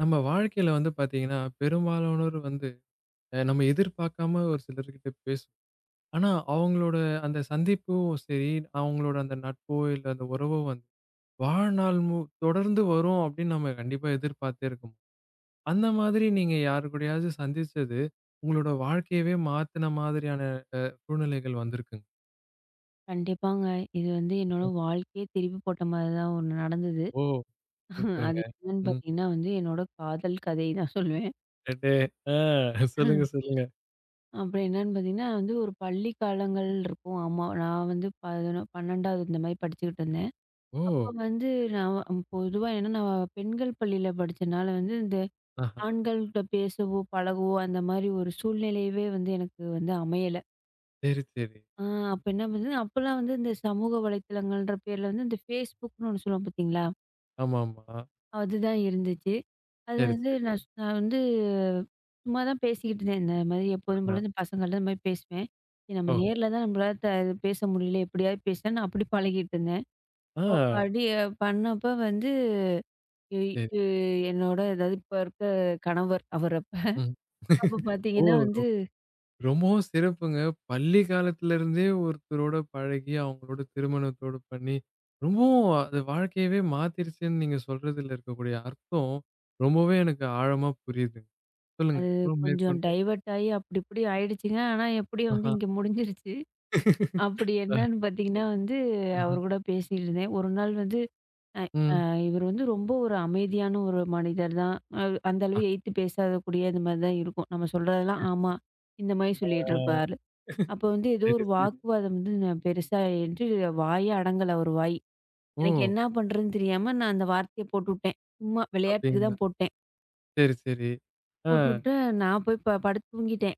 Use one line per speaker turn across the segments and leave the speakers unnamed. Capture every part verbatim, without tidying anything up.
நம்ம வாழ்க்கையில வந்து பார்த்தீங்கன்னா, பெரும்பாலானோர் வந்து அ நம்ம எதிர்பார்க்காம ஒரு சிலர்கிட்ட பேசுவோம். ஆனா, அவங்களோட அந்த சந்திப்பும் சரி, அவங்களோட அந்த நட்போ, இல்ல அந்த உறவோ வந்து வாழ்நாள் மு தொடர்ந்து வரும் அப்படின்னு நம்ம கண்டிப்பா எதிர்பார்த்தே இருக்கோம். அந்த மாதிரி நீங்க யாரு கூடயாவது சந்திச்சது, உங்களோட வாழ்க்கையவே மாத்துன மாதிரியான சூழ்நிலைகள் வந்திருக்குங்க?
கண்டிப்பாங்க. இது வந்து என்னோட வாழ்க்கையே திருப்பி போட்ட மாரி தான் ஒண்ணு நடந்தது.
ஓ!
அது
சூப்பருங்க.
என்னன்னு
ம்.
பார்த்தீங்கன்னா வந்து, என்னோட காதல் கதை தான் சொல்லுவேன்.
அடே! ஆ சொல்லுங்க, சொல்லுங்க.
அப்புறம் என்னன்னு பார்த்தீங்கன்னா, வந்து ஒரு பள்ளி காலங்கள் இருக்கும். ஆமா. நான் வந்து பதினொன்று பன்னிரண்டாவது இந்த மாரி படிச்சுக்கிட்டு இருந்தேன்.
ஓ!
அப்போ வந்து நான் வ பொதுவா ஏன்னா நான் பெண்கள் பள்ளியில படிச்சனால வந்து, இந்த
ஆஹா.
ஆண்கள்கிட்ட பேசவோ, பழகவோ அந்த மாரி ஒரு சூழ்நிலையவே வந்து எனக்கு வந்து அமையல.
சரி, சரி.
ஆ அப்ப என்ன பண்ணுது, அப்பலாம் வந்து இந்த சமூக வலைத்தளங்கள்ன்ற பேர்ல வந்து இந்த Facebook ன்னு ஒண்ணு சொல்லுவோம் பார்த்தீங்களா?
ஆமாமா.
அதுதான் இருந்துச்சு. அது
சரி,
வந்து
சரி.
நான் ஸ் நான் வந்து சும்மா தான் பேசிக்கிட்டு இருந்தேன். இந்த மாதிரி எப்போதும்
ஆஹா.
போல இந்த பசங்கள்ட்ட இந்த மாதிரி பேசுவேன். சரி நம்ம
ஓஹோ!
நேர்ல தான் நம்மளால த பேச முடியல. எப்படியாவது பேசலாம்னு நான் அப்படி பழகிட்டு இருந்தேன்.
ஆ.
அவ படி பண்ணப்ப வந்து இ
சரி.
இ என்னோட அதாவது இப்ப இருக்க கணவர் அவர் அப்ப.
ம்.
அப்ப
ஓ!
பார்த்தீங்கன்னா
ரொ
வந்து
ரொம்பவும் சிறப்புங்க. பள்ளி காலத்துல இருந்தே ஒருத்தரோட பழகி, அவங்களோட திருமணத்தோட பண்ணி, ரொம்பவும் அது வாழ்க்கையவே மாத்திருச்சுன்னு நீங்க சொல்றதுல இருக்கக்கூடிய அர்த்தம், ரொம்பவே எனக்கு ஆழமா புரியுதுங்க. சொல்லுங்க. அப்புறம்
கொஞ்சம்
மேற்கொண்டு.
டைவர்ட் ஆகி அப்படி இப்படி ஆயிடுச்சுங்க. ஆனா எப்படியோ வந்து
ஆஹா.
இங்க முடிஞ்சிருச்சு. அப்படி
அ
என்னன்னு பார்த்தீங்கன்னா
சரி.
வந்து
ம்ஹ்ம்.
அவர் கூட பேசிட்டு இருந்தேன். ஒரு நாள் வந்து
ம்.
இவர் வந்து ரொம்ப ஒரு அமைதியான ஒரு மனிதர் தான். அவ் அந்த
ஆ.
அளவு எய்த்து பேசாதக்கூடிய இந்த மாரி தான் இருக்கும். நம்ம சொல்றதெல்லாம்
சரி.
ஆமா, இந்த மாரி
ஆ.
சொல்லிட்டுருப்பாரு. அப்போ வந்து ஏதோ
சரி,
ஒரு
சரி.
வாக்குவாதம் வந்து நான் பெருசா ஆயிட்டு வாயே அடங்கல அவரு வாய்.
ஓ!
எனக்கு என்ன பண்றதுன்னு தெரியாம நான் அந்த வார்த்தைய போட்டுட்டேன். சும்மா விளையாட்டுக்கு
அப்டிங்களா?
தான் போட்டேன்.
சரி, சரி. ஆ.
போட்டுட்டு நான் போய் ப படுத்து தூங்கிட்டேன்.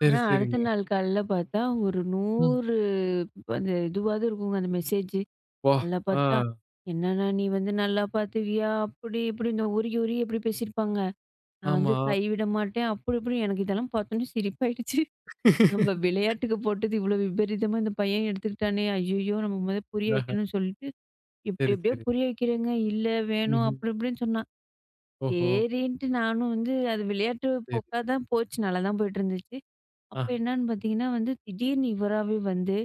சரி,
ஆனா அடுத்த
சரிங்க.
நாள் காலையில பார்த்தா ஒரு
ம்.
நூறு அந்த இதுவாவது இருக்குங்க அந்த மெசேஜ்.
வா!
நல்லா
ஆ.
பார்த்தா, "என்னண்ணா நீ வந்து நல்லா பார்த்துவியா?" அப்படி இப்படின்னு உருகி உருகி எப்படி பேசியிருப்பாங்க. நான் வந்து
ஆமா.
கைவிட மாட்டேன். அப்படி இப்படி எனக்கு இதெல்லாம் பார்த்தோன்னே சிரிப்பாயிடுச்சு. நம்ம விளையாட்டுக்கு போட்டது இவ்வளோ விபரீதமா இந்த பையன் எடுத்துக்கிட்டானே! ஐயய்யோ! நம்ம முத புரிய
ஆஹா.
வைக்கணும்னு சொல்லிட்டு, எப்படி
சரி,
எப்படியோ
சரி.
புரிய வைக்கிறேங்க. "இல்ல வேணும்."
ம்ஹ்ம்.
அப்படி இப்படின்னு சொன்னான்.
ஓஹோ!
சரின்ட்டு நானும் வந்து அது விளையாட்டு
சரி.
போக்கா தான் போச்சு. நல்லா தான் போயிட்டு இருந்துச்சு. அப்ப
ஆஹா.
என்னான்னு பார்த்தீங்கன்னா வந்து, திடீர்னு இவராவே வந்து,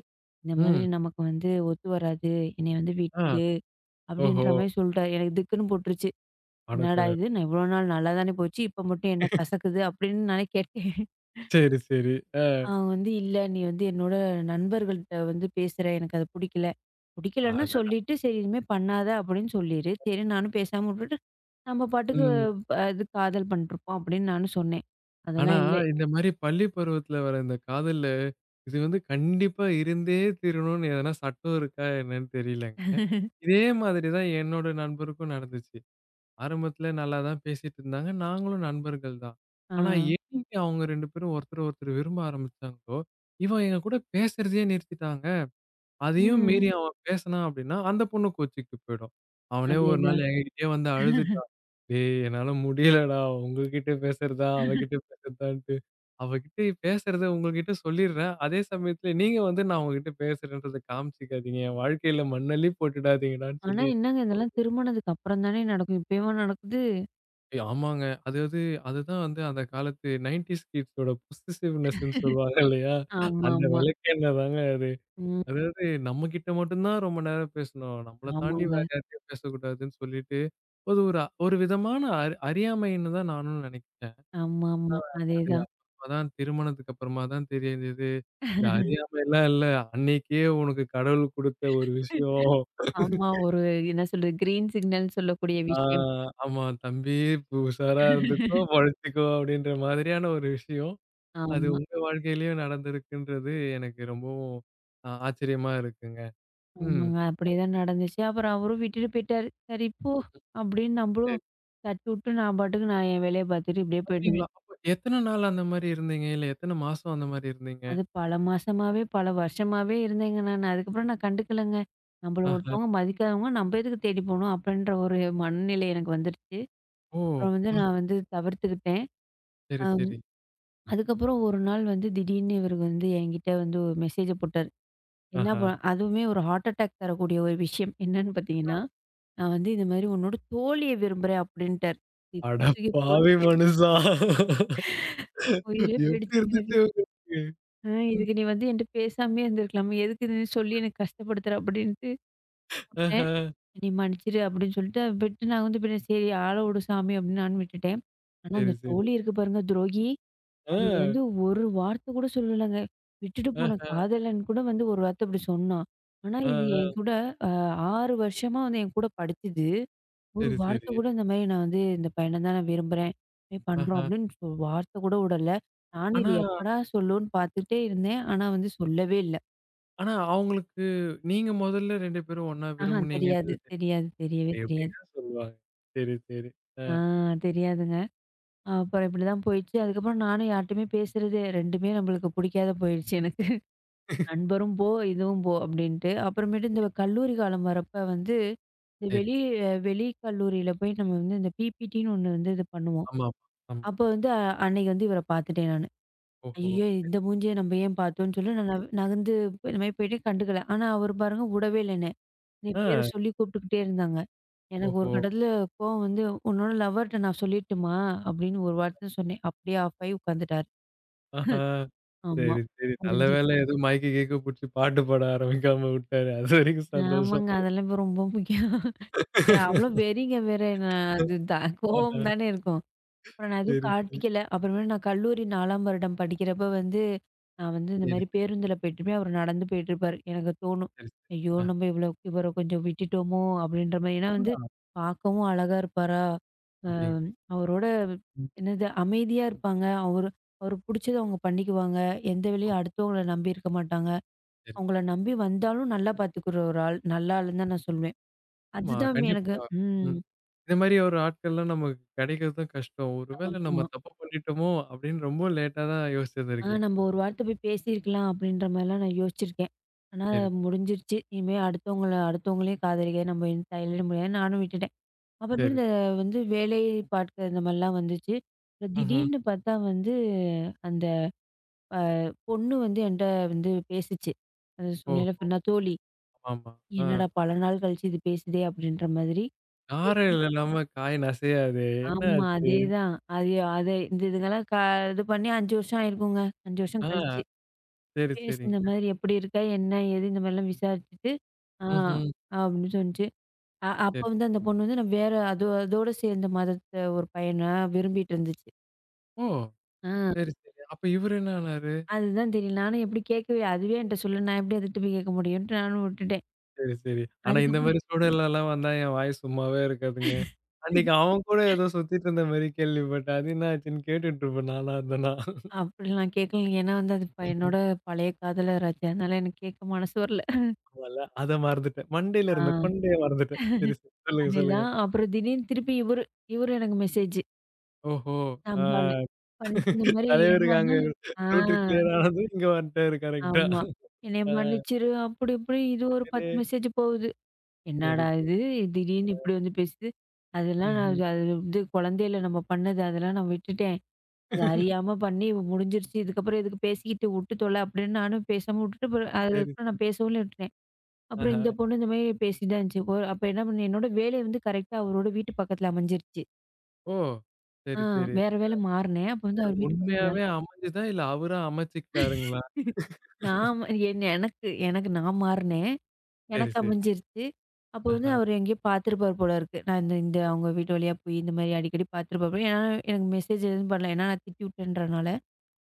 "இந்த மாதிரி
ம்.
நமக்கு வந்து ஒத்து வராது. என்னைய வந்து
ஆ.
விட்டுடு."
ஓஹோ!
அப்படின்ற மாரி சொல்ட்டாரு. எனக்கு திக்குன்னு போட்டுருச்சு. என்னடா
அடக்கடவுளே!
இது! நான் இவ்வளோ நாள் நல்லா தானே போச்சு. இப்ப மட்டும் என்ன கசக்குது அப்படின்னு நானே கேட்டேன்.
சரி, சரி. அ.
அவன் வந்து, "இல்ல நீ வந்து என்னோட நண்பர்கள்ட்ட வந்து பேசுற. எனக்கு அது புடிக்கல. புடிக்கலன்னா
அடடா!
சொல்லிட்டு, சரி இனிமே பண்ணாத அப்படின்னு சொல்லிரு." சரி நானும் பேசாம விட்டுட்டு, நம்ம பாட்டுக்கு
ம்.
அ இது காதல் பண்ணிட்டுருப்போம் அப்படின்னு நானும் சொன்னேன்.
ஆனா,
அதெல்லாம் இல்ல.
இந்த மாரி பள்ளி பருவத்துல வர இந்த காதல்ல, இது வந்து கண்டிப்பா இருந்தே தீரணும்னு எதனா சட்டம் இருக்கா என்னன்னு தெரியலங்க. இதே மாதிரி தான் என்னோட நண்பருக்கும் நடந்துச்சு. ஆரம்பத்துல நல்லா தான் பேசிட்டு இருந்தாங்க. நாங்களும் நண்பர்கள் தான்.
ஆ.
ஆனா, என்னைக்கு அவங்க ரெண்டு பேரும் ஒருத்தர ஒருத்தர் விரும்ப ஆரம்பிச்சாங்களோ, இவன் எங்க கூட பேசுறதையே நிறுத்திட்டாங்க. அதையும் மீறி
ம்.
அவன் பேசினான் அப்படின்னா, அந்த பொண்ணு கோச்சிக்கிட்டு போயிடும். அவனே ஒரு நாள்
அதேதான்.
என்கிட்டயே வந்து அழுதுட்டான். "டேய் என்னால முடியலடா, உங்ககிட்ட பேசுறதா, அவகிட்ட பேசுறதான்ட்டு. அவகிட்ட பேசுறத உங்ககிட்ட சொல்லிடுறேன். அதே சமயத்துல நீங்க வந்து நான் உங்ககிட்ட பேசுறேன்றத காமிச்சுக்காதீங்க. என் வாழ்க்கையில மண்ணள்ளி போட்டுடாதீங்கடான்னு"
ஆனா
சொல்லி.
என்னங்க இதெல்லாம் திருமணதுக்கு அப்புறம் தானே நடக்கும். இப்பயேவா நடக்குது?
ஏய், ஆமாங்க. அதாவது அதுதான் வந்து அந்த காலத்து 90ஸ் கிட்ஸோட பொசெசிவ்னெஸ்ன்னு சொல்லுவாங்க இல்லையா? அந்த
ஆமாமா.
விளக்கெண்ண தாங்க அது.
ம்.
அதாவது நம்மகிட்ட மட்டும் தான் ரொம்ப நேரம் பேசணும். நம்மள தாண்டி ம். வேற
ஆமாங்க.
யார்ட்டயும் பேசக்கூடாதுன்னு சொல்லிட்டு, அது ஒரு ஒரு விதமான அறி அறியாமைன்னு தான் நானும் நெனைக்கிறேன்.
ஆமாமா.
அது
அதேதான்.
அப்புறமா தான் திருமணத்துக்கு அப்புறமா தான் தெரிஞ்சது. இந்த அறியாமைலாம் இல்ல. அன்னைக்கே உனக்கு கடவுள் குடுத்த ஒரு விஷயம்.
ஆமா. ஒரு என்ன சொல்றது? கிரீன் சிக்னல்ன்னு சொல்லக்கூடிய
ஆ
விஷயம்.
ஆமா தம்பி இப்ப உஷாரா இருந்துக்கோ, பொழச்சுக்கோ அப்படின்ற மாதிரியான ஒரு விஷயம். அது
ஆமா.
உங்க வாழ்க்கையிலயும் நடந்திருக்குன்றது எனக்கு ரொம்பவும் ஆ ஆச்சரியமா இருக்குங்க. ம்.
ஆமாங்க. அப்படியேதான் நடந்துச்சு. அப்புறம் அவரும் விட்டுட்டு போயிட்டாரு. சரி போ! அப்படின்னு நம்மளும் தட்டிவுட்டு நான் பாட்டுக்கு நான் என் வேலைய பார்த்துட்டு இப்படியே
அப்டிங்களா?
போயிட்டுருந்தேன்.
அப்ப எத்தன நாள் அந்த மாரி இருந்தீங்க? இல்ல எத்தன மாசம் அந்த மாரி இருந்தீங்க?
அது பல மாசமாவே, பல வருஷமாவே இருந்தேங்க நானு. அதுக்கப்புறம் நான் கண்டுக்கலங்க. நம்மள
ஆஹா.
ஒருத்தவங்க மதிக்காதவங்க நம்ம எதுக்கு தேடி போணும்? அப்படின்ற ஒரு மனநிலை எனக்கு வந்துருச்சு.
ஓ!
அப்புறம் வந்து
பாரு.
நான் வந்து தவிர்த்துக்கிட்டேன்.
சரி,
அம்
சரி.
அதுக்கப்புறம் ஒரு நாள் வந்து திடீர்னு இவருக்கு வந்து என்கிட்ட வந்து ஒரு மெசேஜ போட்டாரு. என்ன
ஆஹா.
ப அதுவுமே ஒரு ஹார்ட் அட்டாக் தரக்கூடிய ஒரு விஷயம். என்னன்னு பார்த்தீங்கன்னா, நான் வந்து இந்த மாரி உன்னோட தோழிய விரும்புறேன் அப்டின்ட்டாரு.
அட.
இடுப்பு தூக்கி போட்டு
பாவி மனுஷா!
உயிரே
எப்டி
போயிடுச்சுங்க எனக்கு.
இருந்துச்சு உங்களுக்கு?
ஆ
ம்.
இதுக்கு நீ வந்து என்ட்ட பேசாமயே இருந்திருக்கலாமே. எதுக்கு இதுன்னு சொல்லி எனக்கு கஷ்டப்படுத்துற அப்டின்ட்டு
ஆஹா.
சொன்னேன். "நீ மன்னிச்சிரு" அப்டின்னு சொல்லிட்டு அதை விட்டு நான் வந்து பின்ன சரி ஆள விடு சாமி அப்டின்னு நானும் விட்டுட்டேன். ஆனா
சரி,
அந்த
சரி.
தோழி இருக்கு பாருங்க துரோகி.
ஆ.
அது வந்து ஒரு வார்த்த கூட சொல்லலங்க. விட்டுட்டு போன
ஆஹா.
காதலன் கூட வந்து ஒரு வார்த்த இப்டி சொன்னா. ஆனா
ஆ,
இது
ஆ.
என் கூட அ ஆறு வருஷமா வந்து என் கூட படிச்சது. ஒரு
சரி,
வார்த்தை
சரி.
கூட இந்த மாரி நான் வந்து இந்த பையன தான் நான் விரும்புறேன். இது பண்றோம்
ஆஹா.
அப்படின்னு சொ வார்த்தை கூட விடல. நானும்
ஆனா
இது எப்படா சொல்லும்ன்னு பார்த்துட்டே இருந்தேன். ஆனா வந்து சொல்லவே இல்ல.
ஆனா அவங்களுக்கு நீங்க மொதல்ல ரெண்டு பேரும் ஒண்ணா
ஆஹா தெரியாது,
விரும்புனீங்கன்றது தெரியல.
தெரியாது. தெரியவே தெரியாது.
எப்டிங்க சொல்லுவாங்க? சரி, சரி. ஆ.
ஆ தெரியாதுங்க. அப்புறம் இப்படிதான் போயிடுச்சு. அதுக்கப்புறம் நானும் யார்ட்டயுமே பேசுறது 2மே நம்மளுக்கு புடிக்காத போயிடுச்சு எனக்கு. நண்பரும் போ, இதுவும் போ அப்படின்ட்டு. அப்புறமேட்டு இந்த கல்லூரி காலம் வரப்ப வந்து இந்த
சரி.
வெளி அஹ் வெளி கல்லூரியில போய் நம்ம வந்து இந்த பிபிடின்னு ஒண்ணு வந்து இது பண்ணுவோம்.
ஆமா, ஆமா. ஆமா.
அப்ப வந்து அ- அன்னைக்கு வந்து இவர பார்த்துட்டேன் நானு.
ஓஹோ!
ஐயய்யோ!
சரி.
இந்த மூஞ்சிய நம்ம ஏன் பார்த்தோம்ன்னு சொல்லி நான் நவ் நகர்ந்து போய் இந்த மாரி போயிட்டு கண்டுக்கல. ஆனா அவரு பாருங்க விடவே இல்ல என்ன. என் பேர
ஆ.
சொல்லி கூப்பிட்டுக்கிட்டே இருந்தாங்க. எனக்கு ஒரு
ஓஹோ!
கட்டத்தில கோவம் வந்து, "உன்னோட லவ்வர்ட்ட நான் சொல்லிட்டுமா?" அப்படின்னு ஒரு வார்த்த சொன்னேன். அப்படியே ஆஃப் ஆயி உட்காந்துட்டாரு.
ஆஹா.
ஆமா.
சரி, சரி. நல்ல
முடிஞ்சுது.
வேளை எதுவும் மயக்க கியக்க புடிச்சு பாட்டு பாட ஆரம்பிக்காம விட்டாரு. அதுவரைக்கும் சந்தோஷம்.
ஆமாங்க. அதெல்லாம் இப்ப ரொம்ப முக்கியம். ஏன்னா அவ்வளோ வெறிங்க வேற. நான் அது தான்
ஆஹா.
கோவம் தானே இருக்கும். அப்புறம் நான் எதுவும்
சரி, சரி.
காட்டிக்கல. அப்புறமே நான் கல்லூரி நான்காவது வருடம் படிக்கிறப்ப வந்து, நான் வந்து இந்த
சரி, சரி,
மாரி
சரி.
பேருந்துல போயிட்டுருப்பேன். அவரு நடந்து போயிட்டுருப்பாரு. எனக்கு தோணும்.
சரி.
ஐயோ!
ஆ.
நம்ம இவ்வளோ இவர கொஞ்சம் விட்டுட்டோமோ! அப்டின்ற மாரி. ஏன்னா வந்து
ஆ
பார்க்கவும் அழகா இருப்பாரா! அ
அப்டிங்களா?
அவரோட
ம்.
என்னது அமைதியா இருப்பாங்க. அவரு அவருக்கு புடிச்சத அவங்க பண்ணிக்குவாங்க. எந்த
ஓ.
வேலையும் அடுத்தவங்கள நம்பி இருக்க மாட்டாங்க.
சரி.
அவங்கள நம்பி வந்தாலும் நல்லா பார்த்துக்கிற ஒரு ஆள். நல்ல ஆளுன்னு தான் நான் சொல்வேன்.
ஆமா
அதுதான் எனக்கு
கண்டிப்பா.
ம்.
ம். இந்த மாரி ஒரு ஆட்கள்லாம் நமக்கு கெடைக்கிறதும் கஷ்டம். ஒருவேளை
ஆமா.
நம்ம தப்பு பண்ணிட்டோமோ! அப்டின்னு ரொம்ப லேட்டா தான்
ஆ
யோசிச்சிருந்திருக்கீங்க.
நம்ம ஒரு வார்த்தை போய் பேசியிருக்கலாம் அப்படின்ற மாதிரிலாம் நான் யோசிச்சிருக்கேன். ஆனா
சரி,
முடிஞ்சிருச்சு. இனிமே அடுத்தவங்கள அடுத்தவங்களையும் காதலிக்க நம்ம என்ன தள்ளிட முடியாது. நானும் விட்டுட்டேன். அப்புறமேலு
சரி.
இந்த வந்து வேலை பார்க்க இந்த மாதிரிலாம் வந்துச்சு. அப்புறம்
ம்ஹ்ம்.
திடீர்னு பார்த்தா வந்து அந்த அ பொண்ணு வந்து என்ட்ட வந்து பேசுச்சு. அது சொன்னேன்ல
ஓஹோ!
இப்ப நான் தோழி.
ஆமா. ஆ.
"என்னடா பல நாள் கழிச்சு இது பேசுதே!" அப்படின்ற மாதிரி.
காரம் இல்லாம காய் நசையாதே! என்ன
ஆமா
ஆச்சு?
அதேதான். அது அது இந்த இதுங்கலாம் க இது பண்ணி ஐந்து வருஷம் ஆயிருக்குங்க. ஐந்து வருஷம் கழிச்சு.
ஆ. சரி,
பேசுன
சரிங்க.
மாதிரி எப்படி இருக்கா? என்ன? ஏது? இந்த மாதிரிலாம் விசாரிச்சுட்டு, ஆ
ம்ஹ்ம்.
அப்படின்னு சொன்னுச்சு. அ அப்ப
சரி.
வந்து அந்த பொண்ணு வந்து நான் வேற அது அதோட சேர்ந்த மதத்த ஒரு பையனா விரும்பிட்டு இருந்துச்சு.
ஓ!
ஆ
சரி, சரி. அப்ப இவரு என்ன ஆனாரு?
அதுதான் தெரியும். நானும் எப்படி கேட்கவே அதுவே என்ட்ட சொல்ல நான் எப்படி அதுகிட்ட போய் கேட்க முடியும்ன்ட்டு நானும் விட்டுட்டேன்.
சரி, சரி. ஆனா இந்த
அதுக்கப்புறம்
மாரி சூழல்லலாம் வந்தா என் வாய் சும்மாவே இருக்காதுங்க. அன்னைக்கு அவன் கூட ஏதோ சுத்திட்டு இருந்த மாரி கேள்விப்பட்டேன். அது என்ன ஆச்சுன்னு கேட்டுட்டு இருப்பேன் நானா இருந்தேனா.
அப்படிலாம் நான் கேட்கல. ஏன்னா வந்து அது ப என்னோட பழைய காதலராச்சே. அதனால எனக்கு கேட்க மனசு வரல.
ஆமால்ல. அத மறந்துட்டேன். மண்டையில
ஆ
இருந்த கொண்டைய மறந்துட்டேன். சரி, சரி. சொல்லுங்க, சொல்லுங்க.
அதேதான். அப்புறம் திடீர்னு திருப்பி இவரு இவரு எனக்கு மெசேஜ்.
ஓஹோ! ஆ.
நம்ம ஆளு. பண்ணிட்டு இந்த மாதிரி
தலைவருக்கு அங்க
என்னன்னா ஆ.
ரூட் கிளியர் ஆனதும் இங்க வந்துட்டாரு கரெக்ட்டா.
ஆமா. "என்னைய
ஆ.
மன்னிச்சிரு" அப்படி இப்படி இது ஒரு
அடடே!
பத்து மெசேஜ் போகுது.
சரி,
என்னடா
சரி.
இது? திடீர்னு இப்படி வந்து பேசுது. அதெல்லாம் நான்
ம்ஹ்ம்.
அது அது வந்து குழந்தையில நம்ம பண்ணது அதெல்லாம் நான் விட்டுட்டேன். அது அறியாம பண்ணி இவ முடிஞ்சிருச்சு. இதுக்கப்புறம் எதுக்கு பேசிக்கிட்டு வுட்டு தொல அப்படின்னு நானும் பேசாம வுட்டுட்டு அப்புறம்
சரி,
அதுக்கப்புறம்
சரி.
நான் பேசவும் இல்ல விட்டுட்டேன். அப்புறம் இந்த
ஆஹா.
பொண்ணு இந்த மாரி பேசிட்டு தான் இருந்துச்சு. ஒரு அப்ப என்ன பண்ணேன், என்னோட வேலை வந்து கரெக்ட்டா அவரோட வீட்டு பக்கத்துல அமைஞ்சிருச்சு.
ஓ!
ஆ
சரி, சரி.
வேற வேலை மாறுனேன். அப்ப வந்து அவர் வீட்டு பக்கத்துல
உண்மையாவே அமைஞ்சுதா? இல்ல அவரா அமைச்சுக்கிட்டாருங்களா?
நான் ம என் எனக்கு எனக்கு நான் மாறுனேன்.
சரி,
எனக்கு
சரி.
அமைஞ்சிருச்சு. அப்ப வந்து
ஆஹா.
அவரு எங்கேயோ பார்த்துருப்பாரு போல இருக்கு. நான் இந்த இந்த அவங்க வீட்டு வழியா போய் இந்த மாரி அடிக்கடி பார்த்துருப்பாரு போல. ஏன்னா எனக்கு மெசேஜ் எதுவும் பண்ணல. ஏன்னா நான் திட்டி விட்டேன்றனால.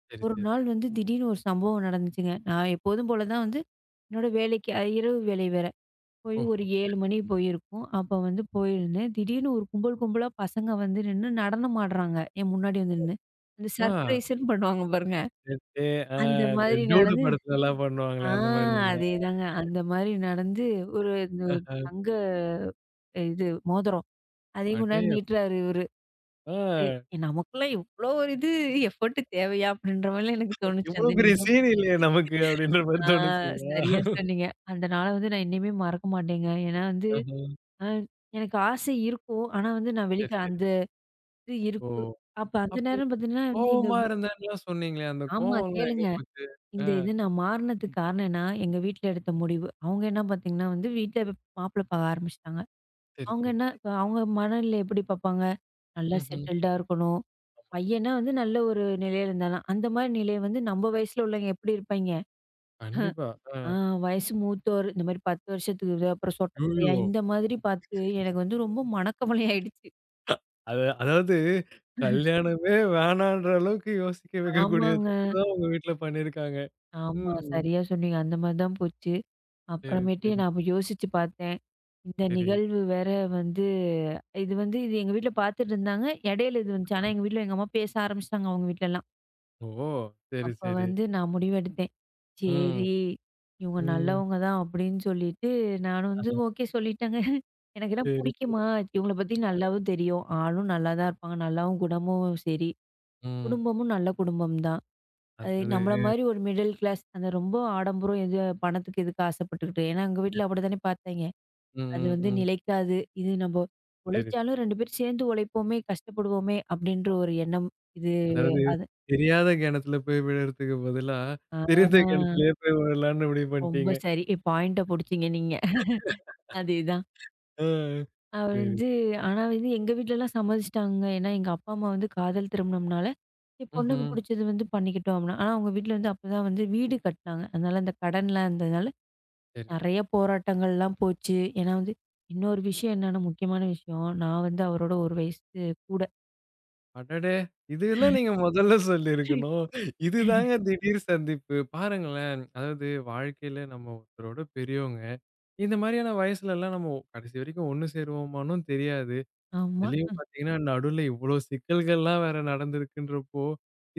சரி,
ஒரு
சரி.
நாள் வந்து திடீர்னு ஒரு சம்பவம் நடந்துச்சுங்க. நான் எப்போதும் போல தான் வந்து என்னோட வேலைக்கு அ இரவு வேலை வேற. போய் ஒரு
ஓஹோ!
ஏழு மணி போயிருக்கும். அப்ப வந்து போயிருந்தேன். திடீர்னு ஒரு கும்பல் கும்பலா பசங்க வந்து நின்னு நடனம் ஆடுறாங்க. என் முன்னாடி வந்து நின்னு. அந்த
ஆ.
சர்ப்ரைஸ்ன்னு பண்ணுவாங்க பாருங்க.
எ ஆ
அந்த
இந்த
மாதிரி
டூடு
நடந்து
படத்துலலாம்
ஆ
பண்ணுவாங்களே அந்த மாரிங்களா?
அதேதாங்க. அந்த மாரி நடந்து ஒரு இந்த தங்க இது மோதிரம். அதையும் கொண்டாந்து
அடேயப்பா!
நீட்டுறாரு இவரு. "ஏய், நமக்கெல்லாம் இவ்ளோ ஒரு இது எஃபோர்ட் தேவையா? அப்படின்ற மாரிலாம் எனக்கு தோணுச்சு
இவ்ளோ
அந்த
பெரிய
நிமிடம்.
சீன் இல்லையே நமக்கு அப்படின்ற மாரி
ஆ
தோணுச்சுங்களா?
சரியா சொன்னீங்க. அந்த நாள வந்து நான் இன்னையுமே மறக்க மாட்டேங்க. ஏன்னா வந்து
ஆஹா.
அ எனக்கு ஆசை இருக்கும். ஆனா வந்து நான்
சரி,
வெளிக்க
சரி.
அந்த இது
ஓ!
இருக்கு. அப்ப அந்த
அப்போ
நேரம் பார்த்தீங்கன்னா வந்து எங்க
கோவமா
வீ
இருந்தேன்லாம் சொன்னீங்களே, அந்த
ஆமா
கோவம்லாம் எங்க
கேளுங்க.
போச்சு? ஆ.
இந்த இது நான் மாறுனதுக்கு காரணம் என்ன? எங்க வீட்ல எடுத்த முடிவு. அவங்க என்ன பார்த்தீங்கன்னா வந்து வீட்ல மாப்பிள பார்க்க ஆரம்பிச்சுட்டாங்க.
சரி,
அவங்க
சரி.
என்ன இப்ப அவங்க மனநிலை எப்படி பார்ப்பாங்க? நல்லா
ம்ஹ்ம்.
செட்டில்டா இருக்கணும். பையன்னா வந்து நல்ல ஒரு நிலையில இருந்தானாம். அந்த மாரி நிலை வந்து நம்ம வயசுல உள்ளவங்க எப்படி இருப்பாய்ங்க?
கண்டிப்பா. ஆ.
ஆ வயசு மூத்தோர், இந்த மாரி பத்து வருஷத்துக்கு இது, அப்புறம் சொட்ட தலையா,
ஐய்யயோ!
இந்த மாதிரி பார்த்து எனக்கு வந்து ரொம்ப மனக்கவலை ஆயிடுச்சு.
அது அதாவது கல்யாணமே வேணான்ற அளவுக்கு யோசிக்க வைக்கக்கூடிய
ஆமாங்க.
தப்பு தான் உங்க வீட்ல பண்ணியிருக்காங்க.
ஆமா.
ம்.
சரியா சொன்னீங்க. அந்த மாரி தான் போச்சு.
சரி,
அப்புறமேட்டு
சரி,
நான் அப்ப யோசிச்சு பார்த்தேன். இந்த
சரி.
நிகழ்வு வேற வந்து இது வந்து இது எங்க வீட்ல பார்த்துட்டு இருந்தாங்க. இடையில இது வந்துச்சு. ஆனா எங்க வீட்ல எங்க அம்மா பேச ஆரம்பிச்சுட்டாங்க அவங்க வீட்லலாம்.
ஓ! சரி,
அப்ப
சரி.
வந்து நான் முடிவெடுத்தேன்.
ம்.
சரி, இவங்க
ம்.
நல்லவங்க தான் அப்படின்னு சொல்லிட்டு, நானும் வந்து
ஆஹா.
ஓகே சொல்லிட்டேங்க. எனக்கெல்லாம்
சரி, சரி.
புடிக்குமா, இவங்கள பத்தி நல்லாவும் தெரியும். ஆளும் நல்லா தான் இருப்பாங்க. நல்லாவும் குணமும் சரி.
ம்.
குடும்பமும் நல்ல குடும்பம் தான். அது
அதாவது.
நம்மள மாரி ஒரு மிடில் கிளாஸ். அந்த ரொம்ப ஆடம்பரம் எது பணத்துக்கு எதுக்கு ஆசைப்பட்டுக்கிட்டு. ஏன்னா எங்க வீட்ல அப்படித்தானே பார்த்தாய்ங்க.
ம்,
அது
ம்,
வந்து
ம்.
நிலைக்காது. இது நம்ம
சரி.
உழைச்சாலும் ரெண்டு பேரும் சேர்ந்து உழைப்போமே, கஷ்டப்படுவோமே அப்படின்ற ஒரு எண்ணம். இது
அதாவது
அது
தெரியாத கிணத்துல போய் விழறதுக்கு பதிலா, தெரிந்த
ஆ.
கிணத்துலயே போய் விழலாம்னு முடிவு
ரொம்ப
பண்ணிட்டீங்க.
சரி. பாயிண்ட்ட புடிச்சீங்க நீங்க. அதேதான்.
ஆ.
அவ
சரி.
வந்து ஆனா வந்து எங்க வீட்லலாம் சம்மதிச்சுட்டாங்க. ஏன்னா எங்க அப்பா, அம்மா வந்து காதல் திருமணம்னால, "என் பொண்ணுக்கு
ம்ஹ்ம்.
புடிச்சது வந்து பண்ணிக்கிட்டோம்" அப்படின்னா. ஆனா அவங்க வீட்ல வந்து அப்பதான் வந்து வீடு கட்டுனாங்க. அதனால அந்த கடன்லாம் இருந்ததுனால
சரி.
நெறைய போராட்டங்கள்லாம் போச்சு. ஏன்னா வந்து இன்னொரு விஷயம் என்னன்னா முக்கியமான விஷயம், நான் வந்து அவரோட ஒரு வயசு கூட.
அடடே! இதெல்லாம் நீங்க முதல்ல சொல்லியிருக்கணும். இதுதாங்க திடீர் சந்திப்பு. பாருங்களேன், அதாவது வாழ்க்கையில நம்ம ஒருத்தரோட பெரியவங்க. இந்த மாரியான வயசுலலாம் நம்ம கடைசி வரைக்கும் ஒண்ணு சேருவோமான்னும் தெரியாது.
ஆமா.
அதுலயும் பார்த்தீங்கன்னா, நடுவுல இவ்ளோ சிக்கல்கள்லாம் வேற நடந்திருக்குன்றப்போ,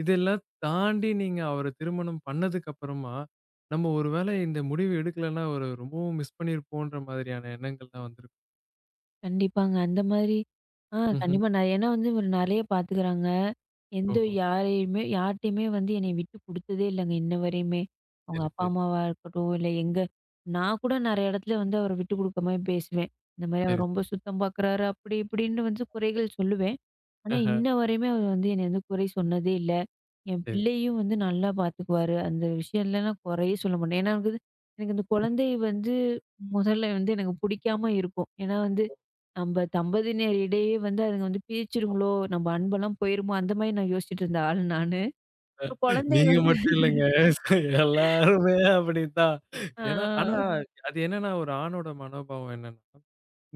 இதெல்லாம் தாண்டி நீங்க அவர திருமணம் பண்ணதுக்கு அப்புறமா, நம்ம ஒரு வேள இந்த முடிவு எடுக்கலன்னா, அவர ரொம்பவும் மிஸ் பண்ணியிருப்போன்ற மாதிரியான எண்ணங்கள்லாம் வந்திருக்கும்.
கண்டிப்பாங்க. அந்த மாதிரி ஆ
ம்ஹ்ம்.
கண்டிப்பா. நான் ஏன்னா வந்து இவரு நெறைய பாத்துக்கிறாங்க. எந்த
ஓஹோ!
யாரையுமே யார்ட்டயுமே வந்து என்னைய விட்டு குடுத்ததே இல்லங்க இன்ன வரையுமே. அவங்க
சரி,
அப்பா,
சரி,
அம்மாவா இருக்கட்டும், இல்ல எங்க நான் கூட நெறைய இடத்துல வந்து அவர விட்டு குடுக்காம பேசுவேன். இந்த மாரி
சரி.
அவர் ரொம்ப சுத்தம் பாக்குறாரு, அப்படி இப்படின்னு வந்து குறைகள் சொல்லுவேன். ஆனா,
ஆஹா,
இன்ன வரையுமே அவர் வந்து என்னைய வந்து குறை சொன்னதே இல்ல. என்
சரி.
பிள்ளையும் வந்து நல்லா பார்த்துக்குவாரு. அந்த விஷயத்துல நான் குறையே சொல்ல மாட்டேன். ஏன்னா, எனக்கு வந்து- எனக்கு இந்த குழந்தை வந்து முதல்ல வந்து எனக்கு பிடிக்காம இருக்கும். ஏன்னா வந்து, நம்ப தம்பதியினர் இடையே வந்து அதுங்க வந்து பிரிச்சுருங்களோ! நம்ப அன்பெல்லாம் போயிருமோ! அந்த மாரி நான் யோசிச்சுட்டு இருந்த ஆள் நானு. ஒரு குழந்தை
நீங்க
வந்து
மட்டும் இல்லங்க. எல்லாருமே அப்படித்தான். ஏன்னா ஆனா
ஆ.
அது என்னன்னா, ஒரு ஆணோட மனோபாவம் என்னன்னா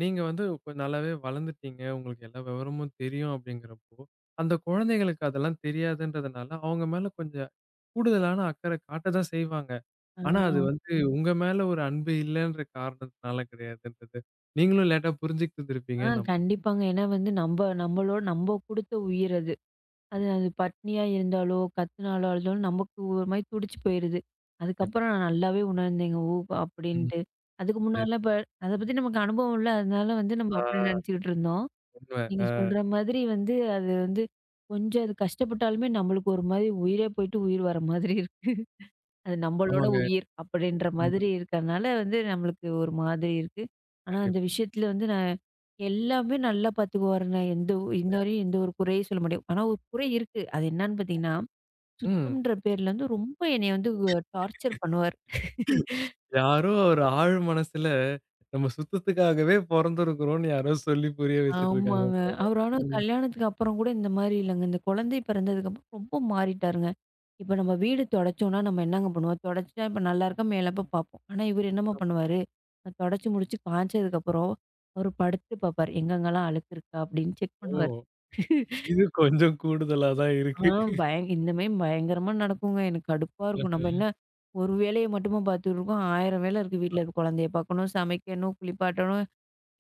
நீங்க வந்து கொ- நல்லாவே வளர்ந்துட்டீங்க. உங்களுக்கு எல்லா விவரமும் தெரியும் அப்படிங்கிறப்போ, அந்த குழந்தைகளுக்கு அதெல்லாம் தெரியாதுன்றதுனால, அவங்க மேல கொஞ்சம் கூடுதலான அக்கறை காட்ட தான் செய்வாங்க.
ஆ.
ஆனா அது வந்து உங்க மேல ஒரு அன்பு இல்லன்ற காரணத்தினால கிடையாதுன்றது, நீங்களும் லேட்டா
ஆ
புரிஞ்சுக்கிட்டுருந்திருப்பீங்கன்னு நம்புறேன்.
கண்டிப்பாங்க. ஏன்னா வந்து நம்ப நம்பளோட நம்ப குடுத்த உயிர் அது. அது அது பட்னியா இருந்தாலோ, கத்துனாலோ, அழுதாலும் நமக்கு ஒரு மாரி துடிச்சு போயிருது.
கண்டிப்பா.
அதுக்கப்புறம் நான் நல்லாவே உணர்ந்தேங்க. ஓ!
ம்.
அப்படின்ட்டு. அதுக்கு
சரி.
முன்னாடிலாம் இப்ப அத பத்தி நமக்கு அனுபவம் இல்ல. அதனால வந்து நம்ம
ஆ
அப்படி நெனச்சுக்கிட்டு இருந்தோம்.
உண்ம.
நீங்க
அ
சொல்ற மாதிரி வந்து அது வந்து கொஞ்சம் அது கஷ்டப்பட்டாலுமே நம்மளுக்கு ஒரு மாரி உயிரே போயிட்டு உயிர் வர மாதிரி இருக்கு. அது நம்பளோட
ஆமாங்க.
உயிர் அப்படின்ற மாதிரி
ம்.
இருக்கறனால வந்து நம்மளுக்கு ஒரு மாதிரி இருக்கு. ஆனா, அந்த
கண்டிப்பா.
விஷயத்துல வந்து நான் எல்லாமே நல்லா பார்த்துக்குவாருங்க. எந்த இன்னவரையும் எந்த ஒரு குறையும் சொல்ல முடியாது. ஆனா, ஒரு குறை இருக்கு. அது என்னான்னு பார்த்தீங்கன்னா,
ம்.
சுத்தம்ன்ற பேர்ல வந்து ரொம்ப என்னைய வந்து டார்ச்சர் பண்ணுவாரு.
யாரோ ஒரு ஆழ் மனசுல நம்ம சுத்தத்துக்காகவே பொறந்திருக்கிறோம்னு யாரோ சொல்லி புரிய வச்சுட்டு இருக்காங்க
ஆமாங்க.
போல.
அவரு ஆனா
ம்.
கல்யாணத்துக்கு அப்புறம் கூட இந்த மாரி இல்லங்க. இந்த குழந்தை பிறந்ததுக்கு அப்புறம் ரொம்ப மாறிட்டாருங்க. இப்ப நம்ம வீடு தொடச்சோம்னா, நம்ம என்னங்க பண்ணுவோம்? தொடச்சுட்டா இப்ப நல்லா இருக்கா, மேலப்ப பார்ப்போம். ஆனா இவரு என்னம்மா பண்ணுவாரு? நான் தொடச்சு முடிச்சு காய்ச்சதுக்கப்புறம், அவரு படுத்து பார்ப்பாரு. எங்கெங்கலாம் அழுக்கு இருக்கா அப்படின்னு செக்
ஓ!
பண்ணுவாரு.
இது கொஞ்சம் கூடுதலா தான்
ஆ
இருக்கு.
பயங் இந்த மாரி பயங்கரமா நடக்குங்க. எனக்கு கடுப்பா இருக்கும். நம்ம
ம்ஹ்ம்.
என்ன ஒரு வேலைய மட்டுமா பார்த்துட்டு இருக்கோம். ஆயிரம் வேலை இருக்கு வீட்ல. இருக்கு குழந்தைய பார்க்கணும், சமைக்கணும், குளிப்பாட்டணும்.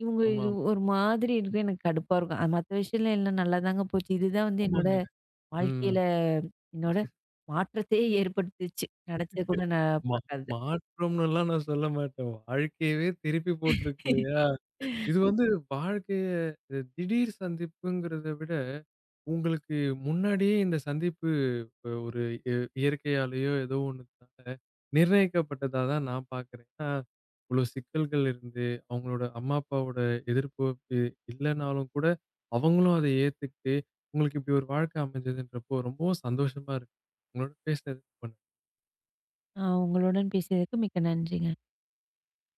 இவங்க
ஆமா,
இது
ஆமா.
ஒரு மாதிரி இருக்கும். எனக்கு கடுப்பா இருக்கும். அது மத்த விஷயம்லாம் எல்லாம் நல்லாதாங்க போச்சு. இதுதான் வந்து என்னோட
ஆமாங்க. ம்.
வாழ்க்கையில என்னோட மாற்றத்தையே ஏற்படுத்துச்சு. நினைச்சது கூட நான்
மா
பார்க்காதது.
மாற்றம்னுலாம் நான் சொல்ல மாட்டேன். வாழ்க்கையவே திருப்பி போட்டுருக்கு இல்லையா? இது வந்து வாழ்க்கைய திடீர் சந்திப்புங்கிறத விட, உங்களுக்கு முன்னாடியே இந்த சந்திப்பு அ ஒரு இ இயற்கையாலேயோ ஏதோ ஒண்ணுனால நிர்ணயிக்கப்பட்டதா தான் நான் பார்க்குறேன். ஏன்னா, இவ்ளோ சிக்கல்கள் இருந்து, அவங்களோட அம்மா, அப்பாவோட எதிர்ப்பு இ இல்லனாலும் கூட, அவங்களும் அத ஏத்துக்கிட்டு, உங்களுக்கு இப்படி ஒரு வாழ்க்கை அமைஞ்சதுன்றப்போ ரொம்பவும் சந்தோஷமா இருக்கு. உங்களோட பேசினது ரொம்ப
அ உங்களுடன் பேசியதற்கு மிக்க நன்றிங்க.